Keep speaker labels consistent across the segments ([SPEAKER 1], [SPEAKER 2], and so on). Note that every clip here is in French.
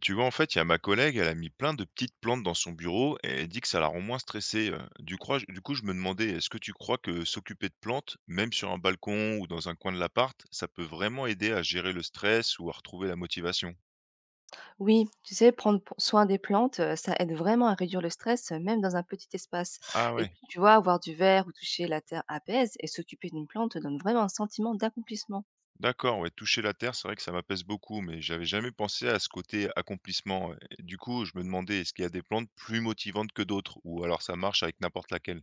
[SPEAKER 1] Tu vois, en fait, il y a ma collègue, elle a mis plein de petites plantes dans son bureau et elle dit que ça la rend moins stressée. Du coup, je me demandais, est-ce que tu crois que s'occuper de plantes, même sur un balcon ou dans un coin de l'appart, ça peut vraiment aider à gérer le stress ou à retrouver la motivation?
[SPEAKER 2] Oui, tu sais, prendre soin des plantes, ça aide vraiment à réduire le stress, même dans un petit espace.
[SPEAKER 1] Ah
[SPEAKER 2] Et
[SPEAKER 1] ouais,
[SPEAKER 2] puis, tu vois, avoir du verre ou toucher la terre apaise et s'occuper d'une plante donne vraiment un sentiment d'accomplissement.
[SPEAKER 1] d'accord, ouais, toucher la terre, c'est vrai que ça m'apaise beaucoup, mais j'avais jamais pensé à ce côté accomplissement. Ouais. Et du coup, je me demandais, est-ce qu'il y a des plantes plus motivantes que d'autres ou alors ça marche avec n'importe laquelle?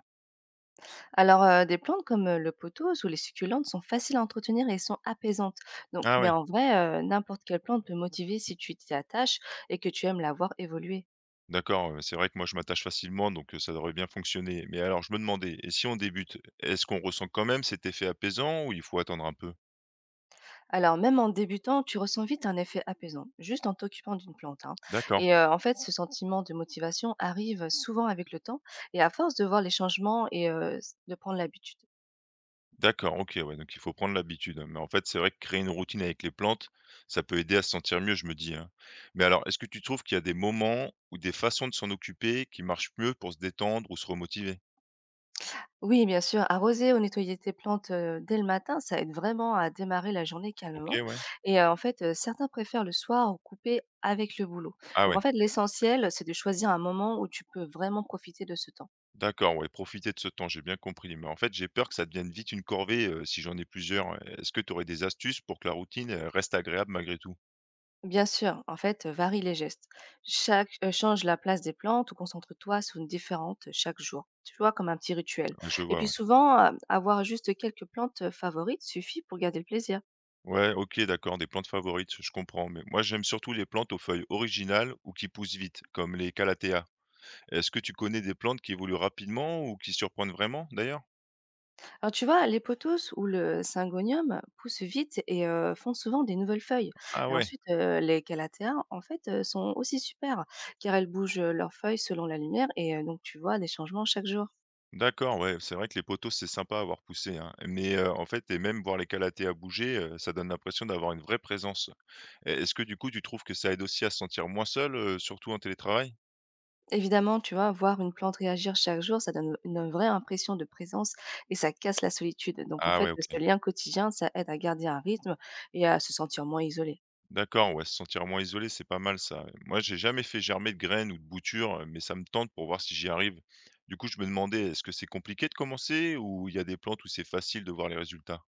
[SPEAKER 2] Alors, des plantes comme le pothos ou les succulentes sont faciles à entretenir et sont apaisantes. Donc,
[SPEAKER 1] Ah
[SPEAKER 2] mais
[SPEAKER 1] ouais.
[SPEAKER 2] en vrai, n'importe quelle plante peut motiver si tu t'y attaches et que tu aimes la voir évoluer.
[SPEAKER 1] D'accord, c'est vrai que moi je m'attache facilement donc ça devrait bien fonctionner. Mais alors je me demandais, et si on débute, est-ce qu'on ressent quand même cet effet apaisant ou il faut attendre un peu?
[SPEAKER 2] Alors, même en débutant, tu ressens vite un effet apaisant, juste en t'occupant d'une plante, hein.
[SPEAKER 1] D'accord,
[SPEAKER 2] Et en fait, ce sentiment de motivation arrive souvent avec le temps et à force de voir les changements et de prendre l'habitude.
[SPEAKER 1] d'accord, OK, ouais, donc il faut prendre l'habitude. Hein. Mais en fait, c'est vrai que créer une routine avec les plantes, ça peut aider à se sentir mieux, je me dis, hein. Mais alors, est-ce que tu trouves qu'il y a des moments ou des façons de s'en occuper qui marchent mieux pour se détendre ou se remotiver?
[SPEAKER 2] Oui, bien sûr, arroser ou nettoyer tes plantes dès le matin, ça aide vraiment à démarrer la journée calmement.
[SPEAKER 1] OK, ouais.
[SPEAKER 2] Et en fait, certains préfèrent le soir ou couper avec le boulot.
[SPEAKER 1] Ah
[SPEAKER 2] Donc en
[SPEAKER 1] ouais.
[SPEAKER 2] fait, l'essentiel, c'est de choisir un moment où tu peux vraiment profiter de ce temps.
[SPEAKER 1] D'accord, ouais, profiter de ce temps, j'ai bien compris. Mais en fait, j'ai peur que ça devienne vite une corvée si j'en ai plusieurs. Hein. Est-ce que tu aurais des astuces pour que la routine reste agréable malgré tout?
[SPEAKER 2] Bien sûr, en fait, varie les gestes. Change la place des plantes ou concentre-toi sur une différente chaque jour. Tu vois, comme un petit rituel.
[SPEAKER 1] Ah, je
[SPEAKER 2] Et
[SPEAKER 1] vois,
[SPEAKER 2] puis
[SPEAKER 1] ouais.
[SPEAKER 2] souvent, avoir juste quelques plantes favorites suffit pour garder le plaisir.
[SPEAKER 1] Ouais, ok, d'accord, des plantes favorites, je comprends. Mais moi, j'aime surtout les plantes aux feuilles originales ou qui poussent vite, comme les Calathea. Est-ce que tu connais des plantes qui évoluent rapidement ou qui surprennent vraiment, d'ailleurs?
[SPEAKER 2] Alors tu vois, les pothos ou le syngonium poussent vite et font souvent des nouvelles feuilles.
[SPEAKER 1] Ah
[SPEAKER 2] Et
[SPEAKER 1] ouais,
[SPEAKER 2] ensuite, les calatéas, en fait, sont aussi super car elles bougent leurs feuilles selon la lumière et donc tu vois des changements chaque jour.
[SPEAKER 1] d'accord, ouais, c'est vrai que les poteaux, c'est sympa à voir pousser, hein. Mais en fait, et même voir les Calathea bouger, ça donne l'impression d'avoir une vraie présence. Et est-ce que du coup, tu trouves que ça aide aussi à se sentir moins seul, surtout en télétravail?
[SPEAKER 2] Évidemment, tu vois, voir une plante réagir chaque jour, ça donne une vraie impression de présence et ça casse la solitude. Donc en
[SPEAKER 1] Ah
[SPEAKER 2] fait,
[SPEAKER 1] ouais, OK.
[SPEAKER 2] ce lien quotidien, ça aide à garder un rythme et à se sentir moins isolé.
[SPEAKER 1] D'accord, ouais, se sentir moins isolé, c'est pas mal ça. Moi, j'ai jamais fait germer de graines ou de boutures, mais ça me tente pour voir si j'y arrive. Du coup, je me demandais, est-ce que c'est compliqué de commencer ou il y a des plantes où c'est facile de voir les résultats?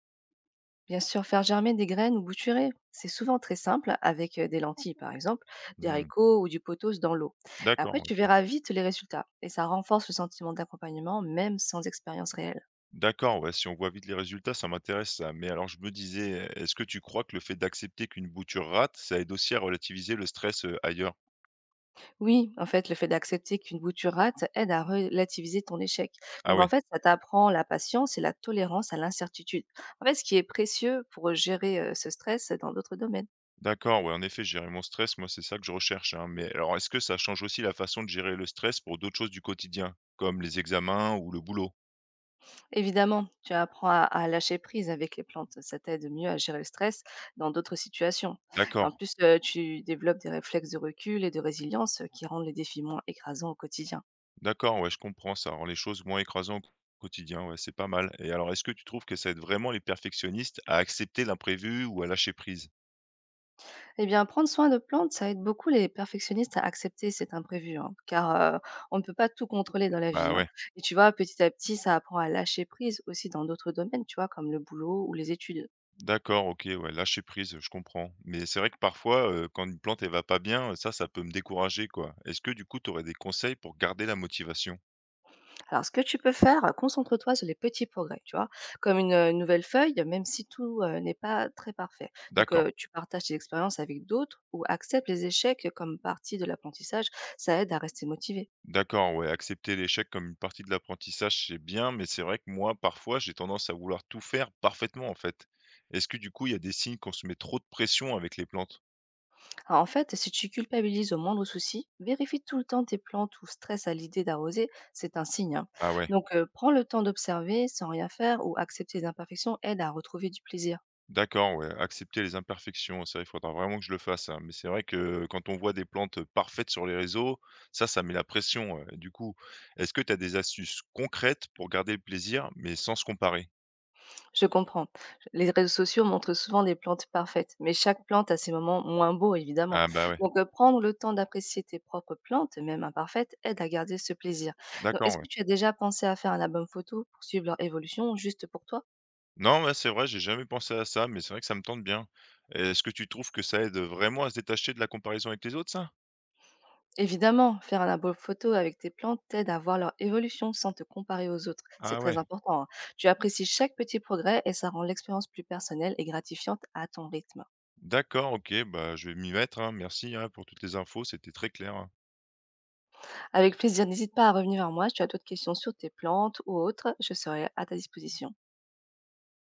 [SPEAKER 2] Bien sûr, faire germer des graines ou bouturer, c'est souvent très simple avec des lentilles par exemple, des
[SPEAKER 1] Mmh,
[SPEAKER 2] haricots ou du pothos dans l'eau. Après,
[SPEAKER 1] d'accord,
[SPEAKER 2] tu
[SPEAKER 1] OK.
[SPEAKER 2] verras vite les résultats et ça renforce le sentiment d'accompagnement même sans expérience réelle.
[SPEAKER 1] D'accord, ouais, si on voit vite les résultats, ça m'intéresse ça. Mais alors je me disais, est-ce que tu crois que le fait d'accepter qu'une bouture rate, ça aide aussi à relativiser le stress, ailleurs?
[SPEAKER 2] Oui, en fait, le fait d'accepter qu'une bouture rate aide à relativiser ton échec.
[SPEAKER 1] Ah
[SPEAKER 2] Donc, en
[SPEAKER 1] ouais.
[SPEAKER 2] fait, ça t'apprend la patience et la tolérance à l'incertitude. En fait, ce qui est précieux pour gérer ce stress dans d'autres domaines.
[SPEAKER 1] D'accord, ouais, en effet, gérer mon stress, moi, c'est ça que je recherche, hein. Mais alors, est-ce que ça change aussi la façon de gérer le stress pour d'autres choses du quotidien, comme les examens ou le boulot?
[SPEAKER 2] Évidemment, tu apprends à lâcher prise avec les plantes. Ça t'aide mieux à gérer le stress dans d'autres situations. Et
[SPEAKER 1] D'accord,
[SPEAKER 2] en plus, tu développes des réflexes de recul et de résilience qui rendent les défis moins écrasants au quotidien.
[SPEAKER 1] d'accord, ouais, je comprends ça. Alors, les choses moins écrasantes au quotidien, ouais, c'est pas mal. Et alors, est-ce que tu trouves que ça aide vraiment les perfectionnistes à accepter l'imprévu ou à lâcher prise?
[SPEAKER 2] Eh bien, prendre soin de plantes, ça aide beaucoup les perfectionnistes à accepter cet imprévu, hein, car on ne peut pas tout contrôler dans la vie,
[SPEAKER 1] Bah
[SPEAKER 2] hein.
[SPEAKER 1] ouais,
[SPEAKER 2] Et tu vois, petit à petit, ça apprend à lâcher prise aussi dans d'autres domaines, tu vois, comme le boulot ou les études.
[SPEAKER 1] d'accord, ok, ouais, lâcher prise, je comprends. Mais c'est vrai que parfois, quand une plante, elle va pas bien, ça peut me décourager, quoi. Est-ce que du coup, tu aurais des conseils pour garder la motivation?
[SPEAKER 2] Alors, ce que tu peux faire, concentre-toi sur les petits progrès, tu vois, comme une nouvelle feuille, même si tout n'est pas très parfait. Donc,
[SPEAKER 1] D'accord.
[SPEAKER 2] tu partages tes expériences avec d'autres ou acceptes les échecs comme partie de l'apprentissage, ça aide à rester motivé.
[SPEAKER 1] D'accord, ouais, accepter l'échec comme une partie de l'apprentissage, c'est bien, mais c'est vrai que moi, parfois, j'ai tendance à vouloir tout faire parfaitement, en fait. Est-ce que du coup, il y a des signes qu'on se met trop de pression avec les plantes?
[SPEAKER 2] Alors, en fait, si tu culpabilises au moindre souci, vérifie tout le temps tes plantes ou stress à l'idée d'arroser, c'est un signe, hein.
[SPEAKER 1] Ah ouais,
[SPEAKER 2] Donc, prends le temps d'observer sans rien faire ou accepter les imperfections aide à retrouver du plaisir.
[SPEAKER 1] d'accord, ouais, accepter les imperfections, ça, il faudra vraiment que je le fasse, hein. Mais c'est vrai que quand on voit des plantes parfaites sur les réseaux, ça met la pression. Ouais. Du coup, est-ce que tu as des astuces concrètes pour garder le plaisir, mais sans se comparer?
[SPEAKER 2] Je comprends. Les réseaux sociaux montrent souvent des plantes parfaites, mais chaque plante a ses moments moins beaux, évidemment.
[SPEAKER 1] Ah bah ouais,
[SPEAKER 2] Donc, prendre le temps d'apprécier tes propres plantes, même imparfaites, aide à garder ce plaisir. Donc, est-ce
[SPEAKER 1] d'accord, ouais.
[SPEAKER 2] que tu as déjà pensé à faire un album photo pour suivre leur évolution juste pour toi?
[SPEAKER 1] Non, ouais, c'est vrai, j'ai jamais pensé à ça, mais c'est vrai que ça me tente bien. Est-ce que tu trouves que ça aide vraiment à se détacher de la comparaison avec les autres, ça?
[SPEAKER 2] Évidemment, faire un album photo avec tes plantes t'aide à voir leur évolution sans te comparer aux autres. C'est
[SPEAKER 1] Ah
[SPEAKER 2] très
[SPEAKER 1] ouais,
[SPEAKER 2] important, hein. Tu apprécies chaque petit progrès et ça rend l'expérience plus personnelle et gratifiante à ton rythme.
[SPEAKER 1] d'accord, ok, bah je vais m'y mettre, hein. Merci hein, pour toutes les infos, c'était très clair. Hein.
[SPEAKER 2] Avec plaisir, n'hésite pas à revenir vers moi si tu as d'autres questions sur tes plantes ou autres, je serai à ta disposition.